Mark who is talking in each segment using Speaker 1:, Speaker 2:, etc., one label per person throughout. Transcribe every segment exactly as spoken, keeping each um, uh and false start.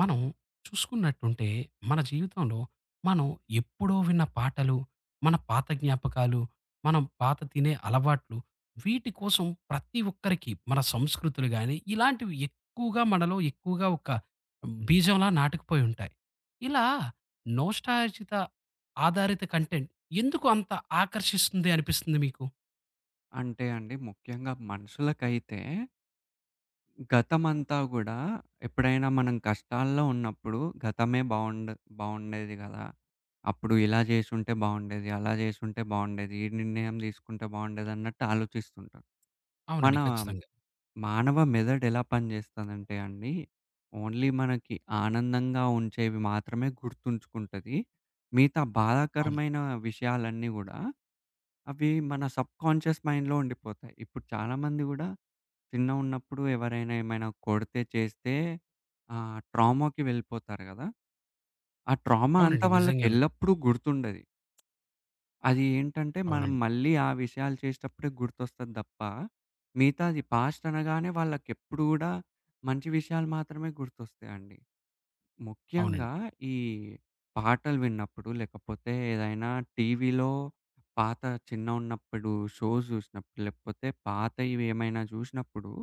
Speaker 1: మనం చూసుకున్నట్టుంటే మన జీవితంలో మనం ఎప్పుడో విన్న పాటలు, మన పాత జ్ఞాపకాలు, మనం పాత తినే అలవాట్లు వీటి కోసం ప్రతి ఒక్కరికి మన సంస్కృతులు గాని ఇలాంటివి ఎక్కువగా మనలో ఎక్కువగా ఒక బీజంలా నాటుకుపోయి ఉంటాయి. ఇలా నోస్టాల్జిత ఆధారిత కంటెంట్ ఎందుకు అంత ఆకర్షిస్తుంది అనిపిస్తుంది మీకు?
Speaker 2: అంటే అండి, ముఖ్యంగా మనుషులకైతే గతమంతా గూడా ఎప్పుడైనా మనం కష్టాల్లో ఉన్నప్పుడు గతమే బావుండ బావుండేది గదా! అప్పుడు ఇలా జేసుంటే బావుండేది, అలా జేసుంటే బావుండేది, ఈ నిర్ణయం తీసుకుంటే బావుండేదన్నట్టు ఆలోచిస్తుంటాం. మన
Speaker 1: అవునండి, ఖచ్చితంగా.
Speaker 2: మానవ మెదడెలా పనిచేస్తదంటే అండి, ఓన్లీ మనకి ఆనందంగా ఉంచేవి మాత్రమే గుర్తుంచుకుంటది. మిగతా
Speaker 1: అవును.
Speaker 2: బాధాకరమైన విషయాలన్నీ గూడా, అవి మన సబ్‌కాన్షియస్ మైండ్‌లో ఉండిపోతాయి. ఇప్పుడు చాలామంది గూడా చిన్నగున్నప్పుడు ఎవరైనా ఏమైనా కొడితే, చేస్తే ఆహ్, ట్రామాకి వెళ్ళిపోతారు గదా! ఆ ట్రామా అంతా
Speaker 1: అవునండి,
Speaker 2: వాళ్ళకి
Speaker 1: నిజంగానే.
Speaker 2: ఎల్లప్పుడూ గుర్తుండది. అది ఏంటంటే మనం
Speaker 1: అవునండి.
Speaker 2: మళ్ళీ ఆ విషయాలు చేసేటప్పుడే గుర్తొస్తది తప్ప, మిగతాది పాస్ట్ అనగానే వాళ్ళకెప్పుడు గూడా మంచి విషయాలు మాత్రమే గుర్తొస్తాయండి. ముఖ్యంగా
Speaker 1: అవునండి.
Speaker 2: ఈ పాటలు విన్నప్పుడు, లేకపోతే ఏదైనా టీవీలో పాత చిన్నగున్నప్పుడు షోస్ జూసినప్పుడు, లేకపోతే పాతవి ఏమైనా జూసినప్పుడు,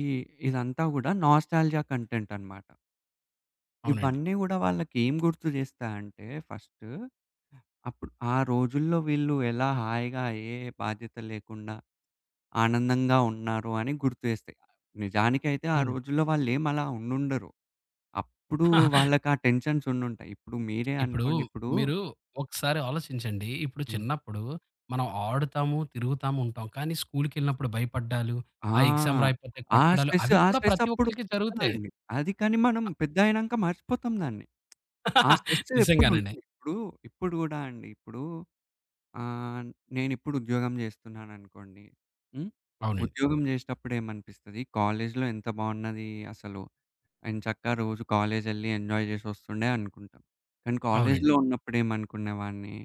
Speaker 2: ఈ ఇదంతా గూడా నాస్టాల్జియా కంటెంట్ అన్నమాట.
Speaker 1: అవునండి.
Speaker 2: ఇవన్నీ గూడా వాళ్ళకేం గుర్తు జేస్తాయంటే ఫస్టు, అప్పుడు ఆ రోజుల్లో వీళ్ళు ఎలా హాయిగా ఏ బాధ్యత లేకుండా ఆనందంగా ఉన్నారు అని గుర్తు జేస్తాయి. నిజానికైతే ఆ
Speaker 1: అవునండి.
Speaker 2: రోజుల్లో వాళ్ళేం అలా ఉండుండరు. అప్పుడు వాళ్ళకా టెన్షన్స్ ఉండుంటాయి. ఇప్పుడు మీరే
Speaker 1: ఇప్పుడు
Speaker 2: అనుకోండి ఇప్పుడు.
Speaker 1: మీరు ఒకసారి ఆలోచించండి. ఇప్పుడు
Speaker 2: హ్మ్.
Speaker 1: చిన్నప్పుడు మనం ఆడుతాము, తిరుగుతాము ఉంటాం. కానీ స్కూలుకెళ్ళినప్పుడు భయపడ్డాలు, ఆ ఎగ్జామ్
Speaker 2: ఆ!
Speaker 1: రాయకపోతే
Speaker 2: ఆ
Speaker 1: కొట్టడాలు
Speaker 2: స్ట్రెస్,
Speaker 1: అవి
Speaker 2: ఆ
Speaker 1: కూడా
Speaker 2: స్ట్రెస్
Speaker 1: ప్రతి
Speaker 2: అప్పుడు
Speaker 1: ఒక్కళ్ళకి జరుగుతాయి.
Speaker 2: ఉంటదండి. అది కానీ మనం పెద్దయినంక మర్చిపోతాం దాన్ని. ఆ స్ట్రెస్
Speaker 1: నిజంగానండి.
Speaker 2: ఎప్పుడుంటది. ఇప్పుడు ఇప్పుడు గూడా అండి. ఇప్పుడు ఆహ్, నేనిప్పుడు ఉద్యోగం జేస్తున్నాననుకోండి. హ్మ్.
Speaker 1: అవునండి.
Speaker 2: ఉద్యోగం జేసేటప్పుడు ఏమనిపిస్తది, కాలేజీలో ఎంత బావున్నది అసలు. ఎంచక్కా రోజు కాలేజెళ్లి ఎంజాయ్ జేసొస్తుండే అనుకుంటాం. కానీ
Speaker 1: అవునండి.
Speaker 2: కాలేజీలో ఉన్నప్పుడు ఏమనుకునేవాడిని,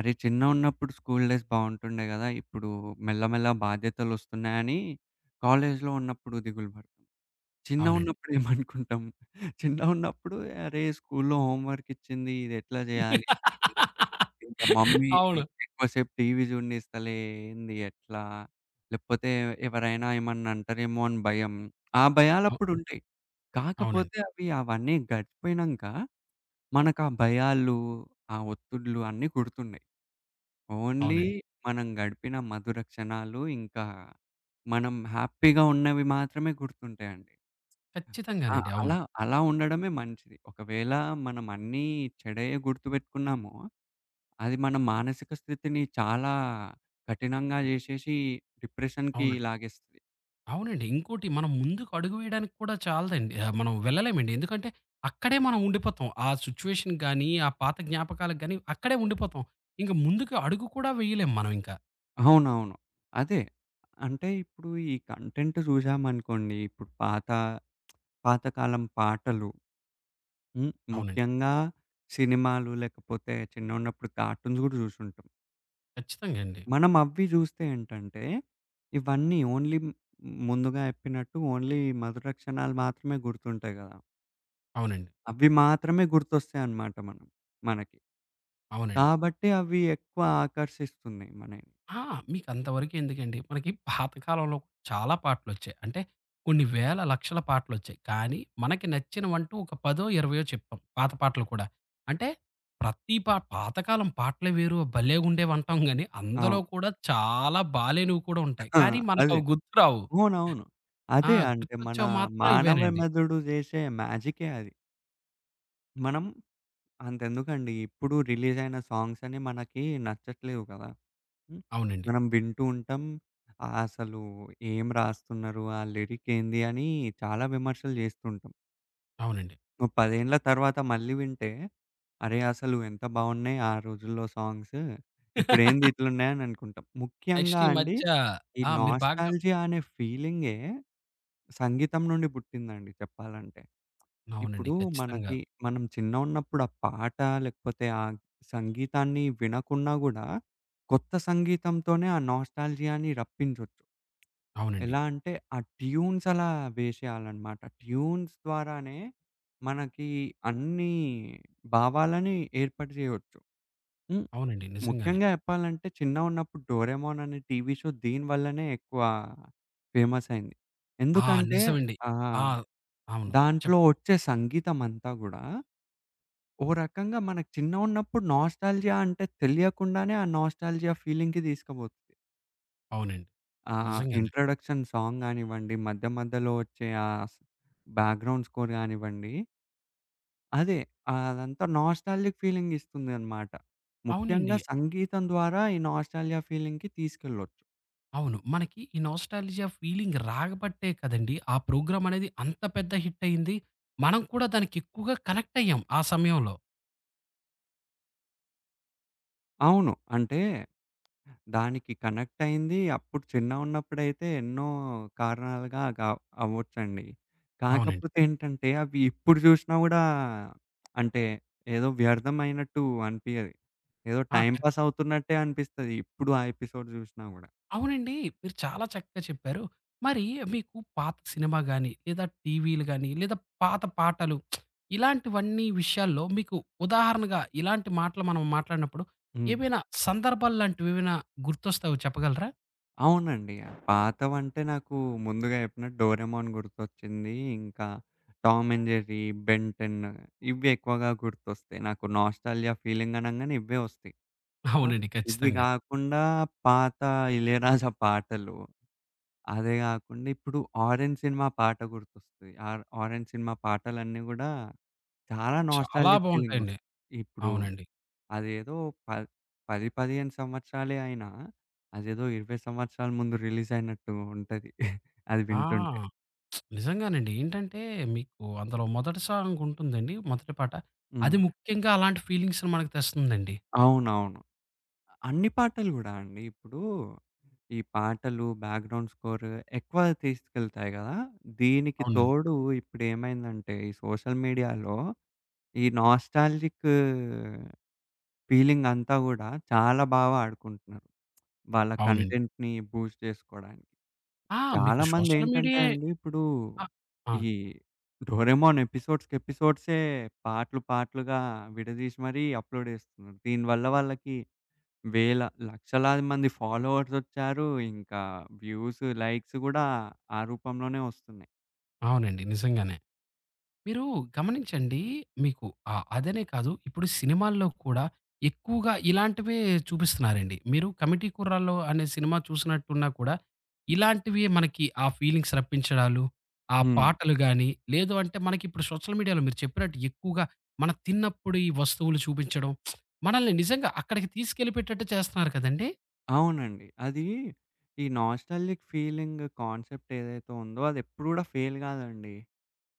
Speaker 2: అరే! చిన్నగున్నప్పుడు స్కూల్ డేస్ బావుంటుండే గదా! ఇప్పుడు మెల్లమెల్ల బాధ్యతలొస్తున్నాయని కాలేజీలో ఉన్నప్పుడు దిగులు పడతాం.
Speaker 1: అవునండి.
Speaker 2: చిన్నగున్నప్పుడు ఏమనుకుంటాం, చిన్నగున్నప్పుడు అరే! స్కూల్‌లో హోమ్ వర్క్ ఇచ్చింది, ఇదెట్లా జేయాలి? ఇంకా మమ్మీ
Speaker 1: అవును.
Speaker 2: ఎక్కువసేపు టీవీ చూడనిస్తలే, ఏంది ఎట్లా? లేకపోతే ఎవరైనా ఏమన్నా అంటారేమో అని భయం. ఆ
Speaker 1: అవు
Speaker 2: భయాలప్పుడుంటాయి.
Speaker 1: అవునండి.
Speaker 2: కాకపోతే అవి అవన్నీ గడిచిపోయినంక మనకా భయాలు, ఆ ఒత్తిడులు అన్నీ గుర్తున్నాయి. ఓన్లీ
Speaker 1: అవునండి.
Speaker 2: మనం గడిపిన మధుర క్షణాలు, ఇంకా మనం హ్యాపీగా ఉన్నవి మాత్రమే గుర్తుంటాయండి. ఆ!
Speaker 1: ఖచ్చితంగానండి. అవును.
Speaker 2: అలా అలా ఉండడమే మంచిది. ఒకవేళ మనం అన్నీ చెడయే గుర్తుపెట్టుకున్నామో అది మన మానసిక స్థితిని చాలా కఠినంగా జేసేసి డిప్రెషన్‌కి
Speaker 1: అవునండి.
Speaker 2: లాగేస్తది.
Speaker 1: అవునండి. ఇంకోటి మనం ముందుకు అడుగు వేయడానికి కూడా చాలదండి. ఆహ్, మనం వెళ్ళలేమండి. ఎందుకంటే అక్కడే మనం ఉండిపోతాం. ఆ సిట్యుయేషన్‌కి గాని, ఆ పాత జ్ఞాపకాలకు గాని అక్కడే ఉండిపోతాం. ఇంక ముందుకు అడుగు కూడా వేయలేం మనం ఇంకా.
Speaker 2: అవునవును. అదే. అంటే ఇప్పుడు ఈ కంటెంట్ జూసామనుకోండి, ఇప్పుడు పాత పాతకాలం పాటలు. హ్మ్.
Speaker 1: అవునండి.
Speaker 2: ముఖ్యంగా సినిమాలు లేకపోతే చిన్నగున్నప్పుడు కార్టూన్స్ గూడా జూసుంటాం.
Speaker 1: ఖచ్చితంగా అండి.
Speaker 2: మనం అవి జూస్తే ఏంటంటే, ఇవన్నీ ఓన్లీ మ్ ముందుగా చెప్పినట్టు ఓన్లీ మధుర క్షణాలు మాత్రమే గుర్తుంటాయి గదా!
Speaker 1: అవునండి.
Speaker 2: అవి మాత్రమే గుర్తొస్తాయన్నమాట మనం మనకి.
Speaker 1: అవునండి.
Speaker 2: కాబట్టి అవి ఎక్కువ ఆకర్షిస్తున్నాయి మనల్ని.
Speaker 1: ఆ! మీకు అంతవరకు ఎందుకండి. మనకి పాతకాలంలో చాలా పాటలొచ్చాయి. అంటే కొన్ని వేల, లక్షల పాటలొచ్చాయి. కానీ మనకి నచ్చినవంటూ ఒక పది, ఇరవై చెప్తాం. పాత పాటలు కూడా. అంటే ప్రతి పా పాతకాలం పాటలే వేరు భలేగుండేవంటాం గానీ, అందులో
Speaker 2: అవును.
Speaker 1: కూడా చాలా బాలేనివి కూడా ఉంటాయి.
Speaker 2: ఆ!
Speaker 1: కానీ
Speaker 2: అదే.
Speaker 1: మనకవి గుర్తురావు.
Speaker 2: అవునవును.
Speaker 1: ఆ!
Speaker 2: అదే అంటే మన
Speaker 1: గుర్తొచ్చేవి మాత్రం
Speaker 2: మానవ
Speaker 1: ఇవేనండి.
Speaker 2: మెదడు చేసే మ్యాజికే అది. మనం అంతెందుకండి, ఇప్పుడు రిలీజ్ అయిన సాంగ్స్ అని మనకి నచ్చట్లేవు కదా! హ్మ్.
Speaker 1: అవునండి.
Speaker 2: మనం వింటూ ఉంటాం. అసలు ఏం రాస్తున్నారు? ఆ లిరిక్ ఏంది? అని చాలా విమర్శలు చేస్తుంటాం.
Speaker 1: అవునండి.
Speaker 2: ఓ పది ఏండ్ల తర్వాత మళ్ళీ వింటే, అరే! అసలు ఎంత బావున్నాయి ఆ రోజుల్లో సాంగ్స్. ఇప్పుడేంది ఇట్లున్నాయి అని అనుకుంటాం.
Speaker 1: నెక్స్ట్
Speaker 2: ముఖ్యంగా
Speaker 1: ఈ
Speaker 2: అండి,
Speaker 1: మధ్య
Speaker 2: ఈ
Speaker 1: ఆ! మీరు బాగా
Speaker 2: నాస్టాల్జియా అనే ఫీలింగే సంగీతం నుండి పుట్టిందండి చెప్పాలంటే.
Speaker 1: అవునండి,
Speaker 2: ఇప్పుడు
Speaker 1: ఖచ్చితంగా.
Speaker 2: మనకి మనం చిన్నగున్నప్పుడు ఆ పాట లేకపోతే ఆ సంగీతాన్ని వినకున్నా గూడా, కొత్త సంగీతంతోనే ఆ నాస్టాల్జియాని రప్పించొచ్చు.
Speaker 1: అవునండి.
Speaker 2: ఎలా అంటే ఆ ట్యూన్స్ అలా వేసేయాలన్నమాట. ట్యూన్స్ ద్వారానే మనకి అన్ని భావాలని ఏర్పాటు చేయొచ్చు. హ్మ్.
Speaker 1: అవునండి, నిజంగానే.
Speaker 2: ముఖ్యంగా చెప్పాలంటే చిన్నగున్నప్పుడు 'డోరేమోన్' అనే టీవీ షో దీని వల్లనే ఎక్కువ ఫేమస్ అయింది.
Speaker 1: ఆ!
Speaker 2: ఎందుకంటే
Speaker 1: నిజమండి.
Speaker 2: ఆ!
Speaker 1: ఆ! అవును.
Speaker 2: దాంట్లో
Speaker 1: చెప్పండి.
Speaker 2: వచ్చే సంగీతం అంతా గూడా ఓ రకంగా మనకు చిన్నగున్నప్పుడు నాస్టాల్జియా అంటే తెలియకుండానే ఆ నాస్టాల్జియా ఫీలింగ్‌కి తీసుకుపోతుంది.
Speaker 1: అవునండి,
Speaker 2: ఆ!
Speaker 1: నిజంగానే.
Speaker 2: ఇంట్రొడక్షన్ సాంగ్ గానివ్వండి, మధ్య మధ్యలో వచ్చే ఆ స్ బ్యాక్‌గ్రౌండ్ స్కోర్ గానివ్వండి, అదే అదంతా నాస్టాల్జిక్ ఫీలింగ్ ఇస్తుందనమాట.
Speaker 1: అవునండి.
Speaker 2: ముఖ్యంగా సంగీతం ద్వారా ఈ నాస్టాల్జియా ఫీలింగ్‌కి తీసుకెళ్ళొచ్చు.
Speaker 1: అవును. మనకి ఈ నొస్టాల్జియా ఫీలింగ్ రాబట్టే కదండీ ఆ ప్రోగ్రామ్ అనేది అంత పెద్ద హిట్ అయింది. మనం కూడా దానికి ఎక్కువగా కనెక్ట్ అయ్యాం ఆ సమయంలో.
Speaker 2: అవును. అంటే దానికి కనెక్ట్ అయింది. అప్పుడు చిన్నగున్నప్పుడైతే ఎన్నో కారణాలుగా గా అవ్వొచ్చండి.
Speaker 1: అవునండి.
Speaker 2: కాకపోతే ఏంటంటే అవి ఇప్పుడు జూషినా గూడా అంటే ఏదో వ్యర్థమైనట్టు అనిపియది. ఏదో
Speaker 1: ఆ!
Speaker 2: టైమ్
Speaker 1: కన్
Speaker 2: పాస్ అవుతున్నట్టే అనిపిస్తది. ఇప్పుడు ఆ ఎపిసోడ్ జూషినా గూడా.
Speaker 1: అవునండి. మీరు చాలా చక్కగా చెప్పారు. మరి మీకు పాత సినిమా గాని, లేదా టీవీలు గాని, లేదా పాత పాటలు ఇలాంటివన్నీ విషయాల్లో మీకు ఉదాహరణగా ఇలాంటి మాటలు మనం మాట్లాడినప్పుడు
Speaker 2: హ్మ్.
Speaker 1: ఏవైనా సందర్భాలు లాంటివి ఏమైనా గుర్తొస్తాయో చెప్పగలరా?
Speaker 2: అవునండి. పాతవంటే నాకు ముందుగా జెప్పినట్టు 'డోరేమోన్' గుర్తొచ్చింది. ఇంకా 'Tom and Jerry', 'Ben ten' ఇవి ఎక్కువగా గుర్తొస్తాయి. నాకు నాస్టాల్జియా ఫీలింగ్ అనంగానే ఇవ్వే ఒస్తయి. ఆ!
Speaker 1: అవునండి,
Speaker 2: ఇవి
Speaker 1: ఖచ్చితంగా.
Speaker 2: గాకుండా పాత 'ఇళయరాజా' పాటలు. అదే గాకుండా ఇప్పుడు 'ఆరెంజ్' సినిమా పాట గుర్తొస్తది. ఆర్ 'ఆరెంజ్' సినిమా పాటలన్నీ గూడా చాలా
Speaker 1: చాలా
Speaker 2: నాస్టాల్జిక్
Speaker 1: బావుంటాయండి.
Speaker 2: ఫీలింగొస్తది. ఇప్పుడు
Speaker 1: అవునండి.
Speaker 2: అదేదో ప పది, పదిహేను సంవత్సరాలే అయినా అదేదో ఇరవై సంవత్సరాల ముందు రిలీజయినట్టు ఉంటది. అది
Speaker 1: ఆ!
Speaker 2: వింటుంటే.
Speaker 1: నిజంగానండి. ఏంటంటే మీకు అందులో మొదటి సాంగ్ ఉంటుందండి. మొదటి పాట.
Speaker 2: హ్మ్.
Speaker 1: అది ముఖ్యంగా అలాంటి ఫీలింగ్స్‌ని మనకు తెస్తుందండి.
Speaker 2: అవునవును. అన్ని పాటలు గూడా అండి. ఇప్పుడు ఈ పాటలు, బ్యాక్‌గ్రౌండ్ స్కోర్ ఎక్కువ తీసుకెళ్తాయి గదా! దీనికి
Speaker 1: అవునండి.
Speaker 2: తోడు ఇప్పుడేమైందంటే ఈ సోషల్ మీడియాలో ఈ నాస్టాల్జిక్ ఫీలింగ్ అంతా గూడా చాలా బాగా వాడుకుంటున్నారు. వాళ్ళ
Speaker 1: అవునండి.
Speaker 2: కంటెంట్‌ని బూస్ట్ జేసుకోవడానికి.
Speaker 1: ఆ! మీకు సోషల్
Speaker 2: చాలామందేంటంటే
Speaker 1: మీడియాయే
Speaker 2: అండి, ఇప్పుడు
Speaker 1: ఆ! ఆ!
Speaker 2: ఈ 'డోరేమోన్' ఎపిసోడ్స్‌కి ఎపిసోడ్సే పాటలు, పాటలుగా విడదీసి మరీ అప్‌లోడ్ జేస్తున్నారు. దీనివల్ల వాళ్ళకి వేల లక్షలాది మంది ఫాలోవర్సొచ్చారు. ఇంకా వ్యూస్, లైక్స్ గూడా ఆ రూపంలోనే ఒస్తున్నాయి.
Speaker 1: అవునండి, నిజంగానే. మీరు గమనించండి. మీకు ఆహ్, అదనే కాదు ఇప్పుడు సినిమాల్లో కూడా ఎక్కువగా ఇలాంటివే చూపిస్తున్నారండి. మీరు 'కమిటీ కుర్రాళ్ళు' అనే సినిమా చూసినట్టున్నా కూడా ఇలాంటివి మనకి ఆ ఫీలింగ్స్ రప్పించడాలు, ఆ
Speaker 2: హ్మ్.
Speaker 1: పాటలు గాని, లేదు అంటే మనకిప్పుడు సోషల్ మీడియాలో మీరు చెప్పినట్టు ఎక్కువగా మనం తిన్నప్పుడు ఈ వస్తువులు చూపించడం, మనల్ని నిజంగా అక్కడికి తీసుకెళ్ళిపెట్టేట్టు చేస్తున్నారు కదండీ!
Speaker 2: అవునండి. అది ఈ నాస్టాల్జిక్ ఫీలింగ్ కాన్సెప్ట్ ఏదైతే ఉందో అదెప్పుడు గూడా ఫెయిల్ గాదండి.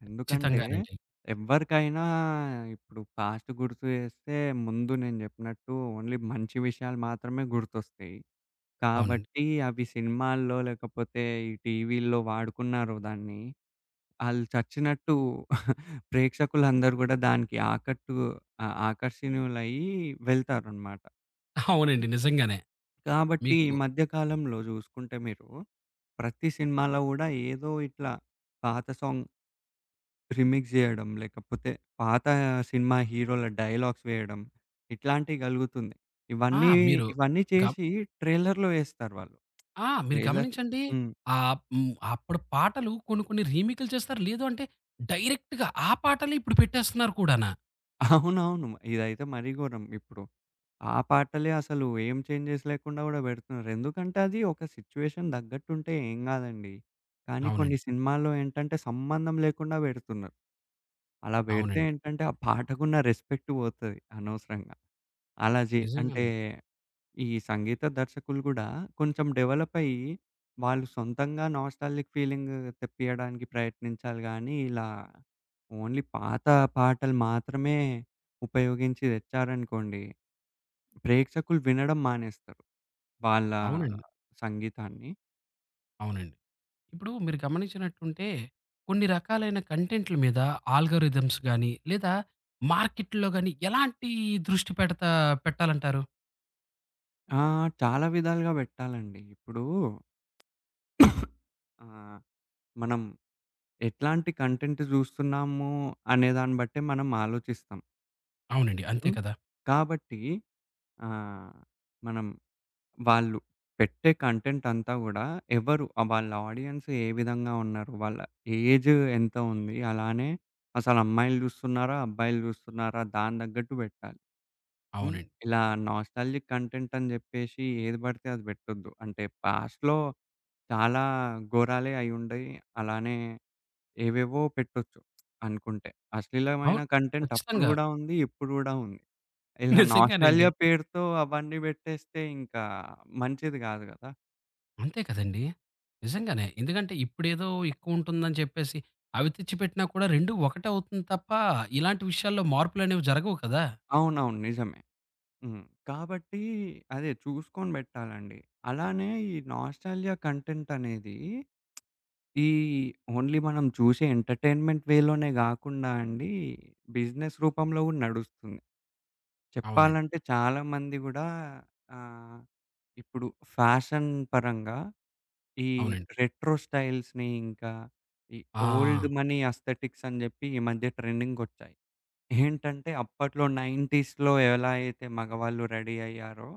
Speaker 2: ఎందుకంటే
Speaker 1: ఖచ్చితంగానండి.
Speaker 2: ఎవ్వరికైనా ఇప్పుడు పాస్ట్ గుర్తు జేస్తే ముందు నేను జెప్పినట్టు ఓన్లీ మంచి విషయాలు మాత్రమే గుర్తొస్తాయి.
Speaker 1: అవునండి.
Speaker 2: కాబట్టి అవి సినిమాల్లో లేకపోతే ఈ టీవీల్లో వాడుకున్నారో దాన్ని ఆళ్ళు చచ్చినట్టు ప్రేక్షకులందరూ గూడా దానికి ఆకట్టు ఆహ్, ఆకర్షణీయులయ్యి వెళ్తారనమాట.
Speaker 1: అవునండి, నిజంగానే.
Speaker 2: కాబట్టి ఈ
Speaker 1: మీకు
Speaker 2: మధ్య కాలంలో జూసుకుంటే మీరు, ప్రతి సినిమాలో గూడా ఏదో ఇట్లా పాత సాంగ్ రీమిక్స్ జేయడం, లేకపోతే పాత సినిమా హీరోల డైలాగ్స్ వేయడం, ఇట్లాంటియి గలుగుతుంది.
Speaker 1: ఆ!
Speaker 2: ఇవన్నీ
Speaker 1: మీరు
Speaker 2: ఇవన్నీ
Speaker 1: గ
Speaker 2: చేసి ట్రైలర్‌లో యేస్తారు వాళ్ళు.
Speaker 1: ఆ! మీరు
Speaker 2: ట్రైలర్.
Speaker 1: గమనించండి.
Speaker 2: హ్మ్.
Speaker 1: ఆహ్, హ్మ్. అప్పుడు పాటలు కొన్ని కొన్ని రీమేక్‌లు చేస్తారు. లేదు అంటే డైరెక్ట్‌గా ఆ పాటలే ఇప్పుడు పెట్టేస్తున్నారు కూడానా.
Speaker 2: అవునవును. ఇదైతే మరీ ఘోరం ఇప్పుడు. ఆ పాటలే అసలు ఏం చేంజెస్ లేకుండా గూడా బెడుతున్నారు. ఎందుకంటే అది ఒక సిట్యుయేషన్ తగ్గట్టుంటే ఏం గాదండి. కానీ కొన్ని
Speaker 1: అవునండి.
Speaker 2: సినిమాల్లో ఏంటంటే సంబంధం లేకుండా బెడుతున్నారు. అలా బెడితే
Speaker 1: అవునండి,
Speaker 2: ఏంటంటే ఆ పాటకున్న రెస్పెక్ట్ పోతది అనవసరంగా. అలా జే అంటే
Speaker 1: నిజంగానే.
Speaker 2: ఈ సంగీత దర్శకులు గూడా కొంచెం డెవలప్ అయ్యి వాళ్ళు సొంతంగా నాస్టాల్జిక్ ఫీలింగ్ తెప్పియడానికి ప్రయత్నించాలి గానీ, ఇలా ఓన్లీ పాత పాటలు మాత్రమే ఉపయోగించి తెచ్చారనుకోండి ప్రేక్షకులు వినడం మానేస్తారు. వాళ్ళ
Speaker 1: అవునండి.
Speaker 2: సంగీతాన్ని.
Speaker 1: అవునండి. ఇప్పుడు మీరు గమనించినట్టుంటే కొన్ని రకాలైన కంటెంట్‌ల మీద ఆల్గోరిథమ్స్ గాని, లేదా మార్కెట్‌లో గాని ఎలాంటి దృష్టి పెడతా పెట్టాలంటారు?
Speaker 2: ఆ! చాలా విధాలుగా పెట్టాలండి. ఇప్పుడు ఆహ్, మనం ఎట్లాంటి కంటెంట్ జూస్తున్నాము అనే దాన్ని బట్టే మనం ఆలోచిస్తాం.
Speaker 1: అవునండి. అంతే
Speaker 2: హ్మ్.
Speaker 1: కదా!
Speaker 2: కాబట్టి ఆహ్, మనం వాళ్ళు పెట్టే కంటెంట్ అంతా గూడా ఎవరు, ఆహ్, వాళ్ళ ఆడియన్స్ ఏ విధంగా ఉన్నారు? వాళ్ళ ఏజ్ ఎంత ఉంది? అలానే అసలు అమ్మాయిలు జూస్తున్నారా? అబ్బాయిలు జూస్తున్నారా? దాని తగ్గట్టు పెట్టాలి. హ్మ్.
Speaker 1: అవునండి.
Speaker 2: ఇలా నాస్టాల్జిక్ కంటెంట్ అని జెప్పేసి ఏది బడితే అది బెట్టొద్దు. అంటే పాస్ట్‌లో చాలా ఘోరాలే అయ్యుండయి. అలానే ఏవేవో పెట్టొచ్చు అనుకుంటే. అశ్లీలమైన
Speaker 1: అవును,
Speaker 2: కంటెంట్ అప్పుడు
Speaker 1: ఖచ్చితంగా.
Speaker 2: గూడా ఉంది. ఇప్పుడు గూడా ఉంది. ఇలా
Speaker 1: నిజంగానండి.
Speaker 2: నాస్టాల్జియా పేరుతో అవన్నీ బెట్టేస్తే ఇంకా మంచిది గాదు గదా!
Speaker 1: అంతే కదండీ! నిజంగానే. ఎందుకంటే ఇప్పుడేదో ఎక్కువుంటుందని చెప్పేసి, అవి తెచ్చిపెట్టినా కూడా రెండు ఒకటే అవుతుంది తప్ప, ఇలాంటి విషయాల్లో మార్పులనేవి జరగవు కదా!
Speaker 2: అవునవును. నిజమే. హ్మ్. కాబట్టి అదే చూసుకొని బెట్టాలండి. అలానే ఈ నాస్టాల్జియా కంటెంట్ అనేది ఈ ఓన్లీ మనం చూసే ఎంటర్‌టైన్‌మెంట్ వేలోనే గాకుండా అండి, బిజినెస్ రూపంలో గూడా నడుస్తుంది.
Speaker 1: అవునండి.
Speaker 2: చెప్పాలంటే చాలామంది గూడా ఆహ్, ఇప్పుడు ఫ్యాషన్ పరంగా ఈ
Speaker 1: అవునండి.
Speaker 2: రెట్రో స్టైల్స్‌ని, ఇంకా ఈ
Speaker 1: ఆ!
Speaker 2: ఓల్డ్ మనీ అస్థెటిక్స్ అని జెప్పి ఈ మధ్య ట్రెండింగ్‌కొచ్చాయి. ఏంటంటే అప్పట్లో 90స్‌లో ఎలా అయితే మగవాళ్ళు రెడీ అయ్యారో,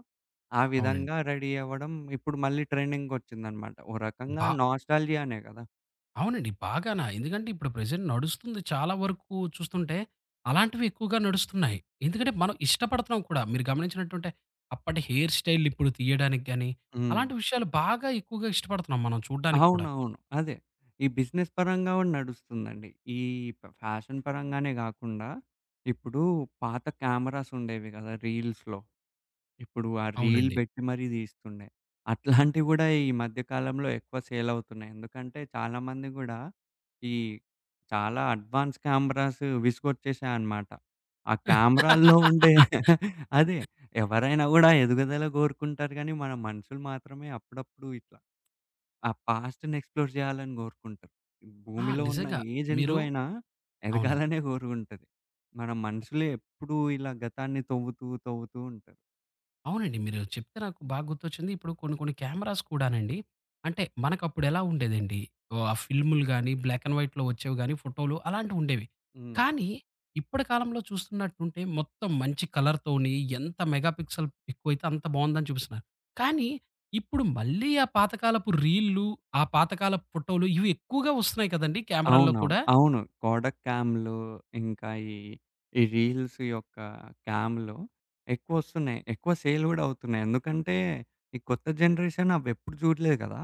Speaker 2: ఆ
Speaker 1: అవునండి.
Speaker 2: విధంగా రెడీ అవ్వడం ఇప్పుడు మళ్ళీ ట్రెండింగ్‌కొచ్చిందనమాట. ఓ రకంగా
Speaker 1: బా
Speaker 2: నాస్టాల్జియానే గదా!
Speaker 1: అవునండి, బాగానా. ఎందుకంటే ఇప్పుడు ప్రెజెంట్ నడుస్తుంది చాలా వరకు చూస్తుంటే, అలాంటివి ఎక్కువగా నడుస్తున్నాయి. ఎందుకంటే మనం ఇష్టపడుతున్నాం కూడా. మీరు గమనించినట్టుంటే, అప్పటి హెయిర్ స్టైల్ ఇప్పుడు తీయడానికి గాని,
Speaker 2: హ్మ్.
Speaker 1: అలాంటి విషయాలు బాగా ఎక్కువగా ఇష్టపడుతున్నాం మనం చూడ్డానికి కూడా.
Speaker 2: అవునవును. అదే. ఈ బిజినెస్ పరంగా గూడా నడుస్తుందండి. ఈ ప ఫ్యాషన్ పరంగానే గాకుండా, ఇప్పుడు పాత కెమెరాస్ ఉండేవి గదా! రీల్స్‌లో. ఇప్పుడు ఆ రీల్
Speaker 1: అవునండి.
Speaker 2: బెట్టి మరీ దీస్తుండే. అట్లాంటివి గూడా ఈ మధ్య కాలంలో ఎక్కువ సేల్ అవుతున్నాయి. ఎందుకంటే చాలామంది గూడా ఈ చాలా అడ్వాన్స్ కెమెరాస్ విసుగొచ్చేసాయన్నమాట. ఆ కెమెరాల్లో ఉండే అదే. ఎవరైనా గూడా ఎదుగుదల గోరుకుంటారు గానీ, మన మనుషులు మాత్రమే అప్పుడప్పుడు ఇట్లా ఆ పాస్ట్‌ని ఎక్స్‌ప్లోర్ జేయాలని గోరుకుంటారు.
Speaker 1: ఆ!
Speaker 2: భూమిలో ఉన్న
Speaker 1: నిజంగా.
Speaker 2: ఏ
Speaker 1: మీరు
Speaker 2: జంతువైనా
Speaker 1: అవునండి.
Speaker 2: ఎదగాలనే గోరుకుంటది. మన మనుషులే ఎప్పుడూ ఇలా గతాన్ని తవ్వుతూ, తవ్వుతూ ఉంటారు.
Speaker 1: అవునండి. మీరు చెప్తే నాకు బాగా గుర్తొచ్చింది. ఇప్పుడు కొన్ని కొన్ని కెమెరాస్ కూడానండి, అంటే మనకప్పుడెలా ఉండేదండి, ఆహ్, ఫిల్ములు గాని, బ్లాక్ అండ్ వైట్‌లో వచ్చేవి గాని, ఫోటోలు అలాంటివుండేవి.
Speaker 2: హ్మ్.
Speaker 1: కానీ ఇప్పటి కాలంలో చూస్తున్నట్టుంటే మొత్తం మంచి కలర్‌తోని ఎంత మెగా పిక్సెల్ ఎక్కువైతే అంత బావుందని చూపిస్తున్నారు. కానీ ఇప్పుడు మళ్ళీ ఆ పాతకాలపు రీల్‌లు, ఆ పాతకాలపు ఫోటోలు ఇవి ఎక్కువగా వస్తున్నాయి కదండీ కెమెరాల్లో
Speaker 2: అవునవును.
Speaker 1: కూడా.
Speaker 2: అవును. కోడక్ క్యామ్‌లు ఇంకా ఈ, ఈ రీల్స్ యొక్క క్యామ్‌లు ఎక్కువొస్తున్నాయి. ఎక్కువ సేల్ గూడా అవుతున్నాయి. ఎందుకంటే ఈ కొత్త జనరేషన్ అవెప్పుడు జూడలేదు గదా!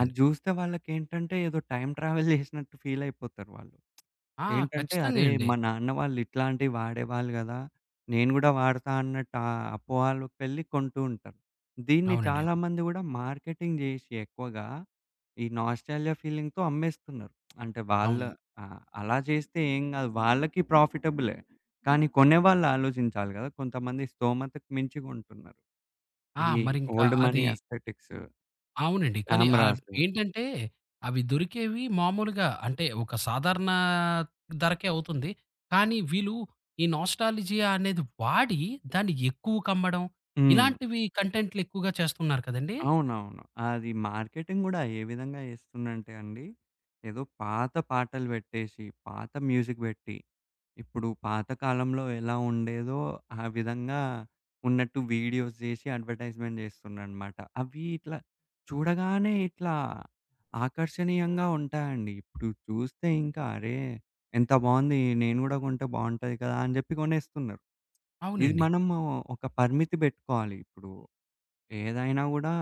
Speaker 2: అది జూస్తే వాళ్ళకేంటంటే ఏదో టైమ్ ట్రావెల్ జేసినట్టు ఫీల్ అయిపోతారు వాళ్ళు.
Speaker 1: ఆ!
Speaker 2: ఏంటంటే, అరే!
Speaker 1: ఖచ్చితంగా అండి.
Speaker 2: మా నాన్న వాళ్ళు ఇట్లాంటివి వాడేవాళ్ళు గదా! నేను గూడా వాడతా అన్నట్టు ఆ అపోహలోకెళ్ళి కొంటూ ఉంటారు. దీన్ని
Speaker 1: అవునండి. అవును.
Speaker 2: చాలామంది గూడా మార్కెటింగ్ జేసి ఎక్కువగా ఈ నాస్టాల్జియా ఫీలింగ్‌తో అమ్మేస్తున్నారు. అంటే వాళ్ళ
Speaker 1: అవును.
Speaker 2: ఆహ్, అలా చేస్తే ఏం గాదు. వాళ్ళకి ప్రాఫిటబులే. కానీ కొనేవాళ్ళు ఆలోచించాలి గదా! కొంతమంది స్తోమతకు మించి కొంటున్నారు.
Speaker 1: ఆ!
Speaker 2: ఈ
Speaker 1: మరింకా
Speaker 2: ఓల్డ్ మనీ
Speaker 1: అది
Speaker 2: అస్థెటిక్స్,
Speaker 1: అవునండి. కానీ ఆహ్,
Speaker 2: కెమెరాస్.
Speaker 1: ఏంటంటే అవి దొరికేవి మామూలుగా అంటే ఒక సాధారణ ధరకే అవుతుంది. కానీ వీళ్ళు ఈ నోస్టాల్జియా అనేది వాడి దాన్ని ఎక్కువకి అమ్మడం
Speaker 2: హ్మ్.
Speaker 1: ఇలాంటివి కంటెంట్లు ఎక్కువగా చేస్తున్నారు కదండీ!
Speaker 2: అవునవును. అది మార్కెటింగ్ గూడా ఏ విధంగా చేస్తుందంటే అండి, ఏదో పాత పాటలు పెట్టేసి, పాత మ్యూజిక్ పెట్టి, ఇప్పుడు పాత కాలంలో ఎలా ఉండేదో ఆ విధంగా ఉన్నట్టు వీడియోస్ జేసి అడ్వర్టైజ్‌మెంట్ చేస్తుండనమాట. అవి ఇట్లా చూడగానే ఇట్లా ఆకర్షణీయంగా ఉంటాయండి. ఇప్పుడు చూస్తే ఇంకా అరే! ఎంత బావుంది, నేను గూడా కొంటే బావుంటది కదా! అని జెప్పి కొనేస్తున్నారు. ఇది
Speaker 1: అవునండి.
Speaker 2: మనము ఒక పరిమితి పెట్టుకోవాలి ఇప్పుడు. ఏదైనా గూడా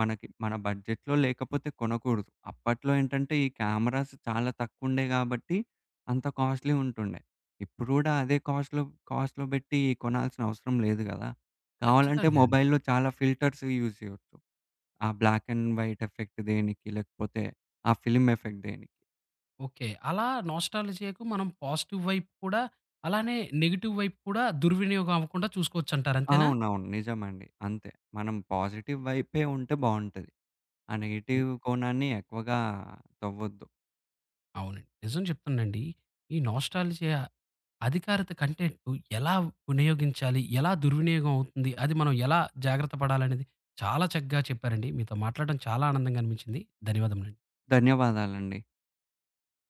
Speaker 2: మనకి మన బడ్జెట్‌లో లేకపోతే కొనకూడదు. అప్పట్లో ఏంటంటే ఈ కెమెరాస్ చాలా తక్కువుండే గాబట్టి అంత కాస్ట్‌లీ ఉంటుండే. ఇప్పుడు గూడా అదే కాస్ట్‌లో కాస్ట్‌లో బెట్టి కొనాల్సిన అవసరం లేదు గదా! కావాలంటే
Speaker 1: ఖచ్చితంగా అండి.
Speaker 2: మొబైల్‌లో చాలా ఫిల్టర్స్ యూజ్ జేయొచ్చు. ఆ బ్లాక్ అండ్ వైట్ ఎఫెక్ట్ దేనికి, లేకపోతే ఆ ఫిల్మ్ ఎఫెక్ట్ దేనికి.
Speaker 1: ఓకే. అలా నోస్టాల్జియాకు మనం పాజిటివ్ వైపు కూడా అలానే నెగెటివ్ వైపు కూడా దుర్వినియోగం అవ్వకుండా చూసుకోవచ్చంటారు అంతేనా?
Speaker 2: అవునవును. నిజమండి. అంతే. మనం పాజిటివ్ వైపే ఉంటే బావుంటది. ఆ
Speaker 1: హ్మ్.
Speaker 2: నెగెటివ్ కోణాన్ని ఎక్కువగా తవ్వొద్దు.
Speaker 1: అవునండి. నిజం చెప్తానండి. ఈ నోస్టాల్జియా అధికారిత కంటెంట్ ఎలా వినియోగించాలి? ఎలా దుర్వినియోగం అవుతుంది? అది మనం ఎలా జాగ్రత్త పడాలనేది చాలా చక్కగా చెప్పారండి. మీతో మాట్లాడడం చాలా ఆనందంగా అనిపించింది. ధన్యవాదములండి.
Speaker 2: ధన్యవాదాలండి.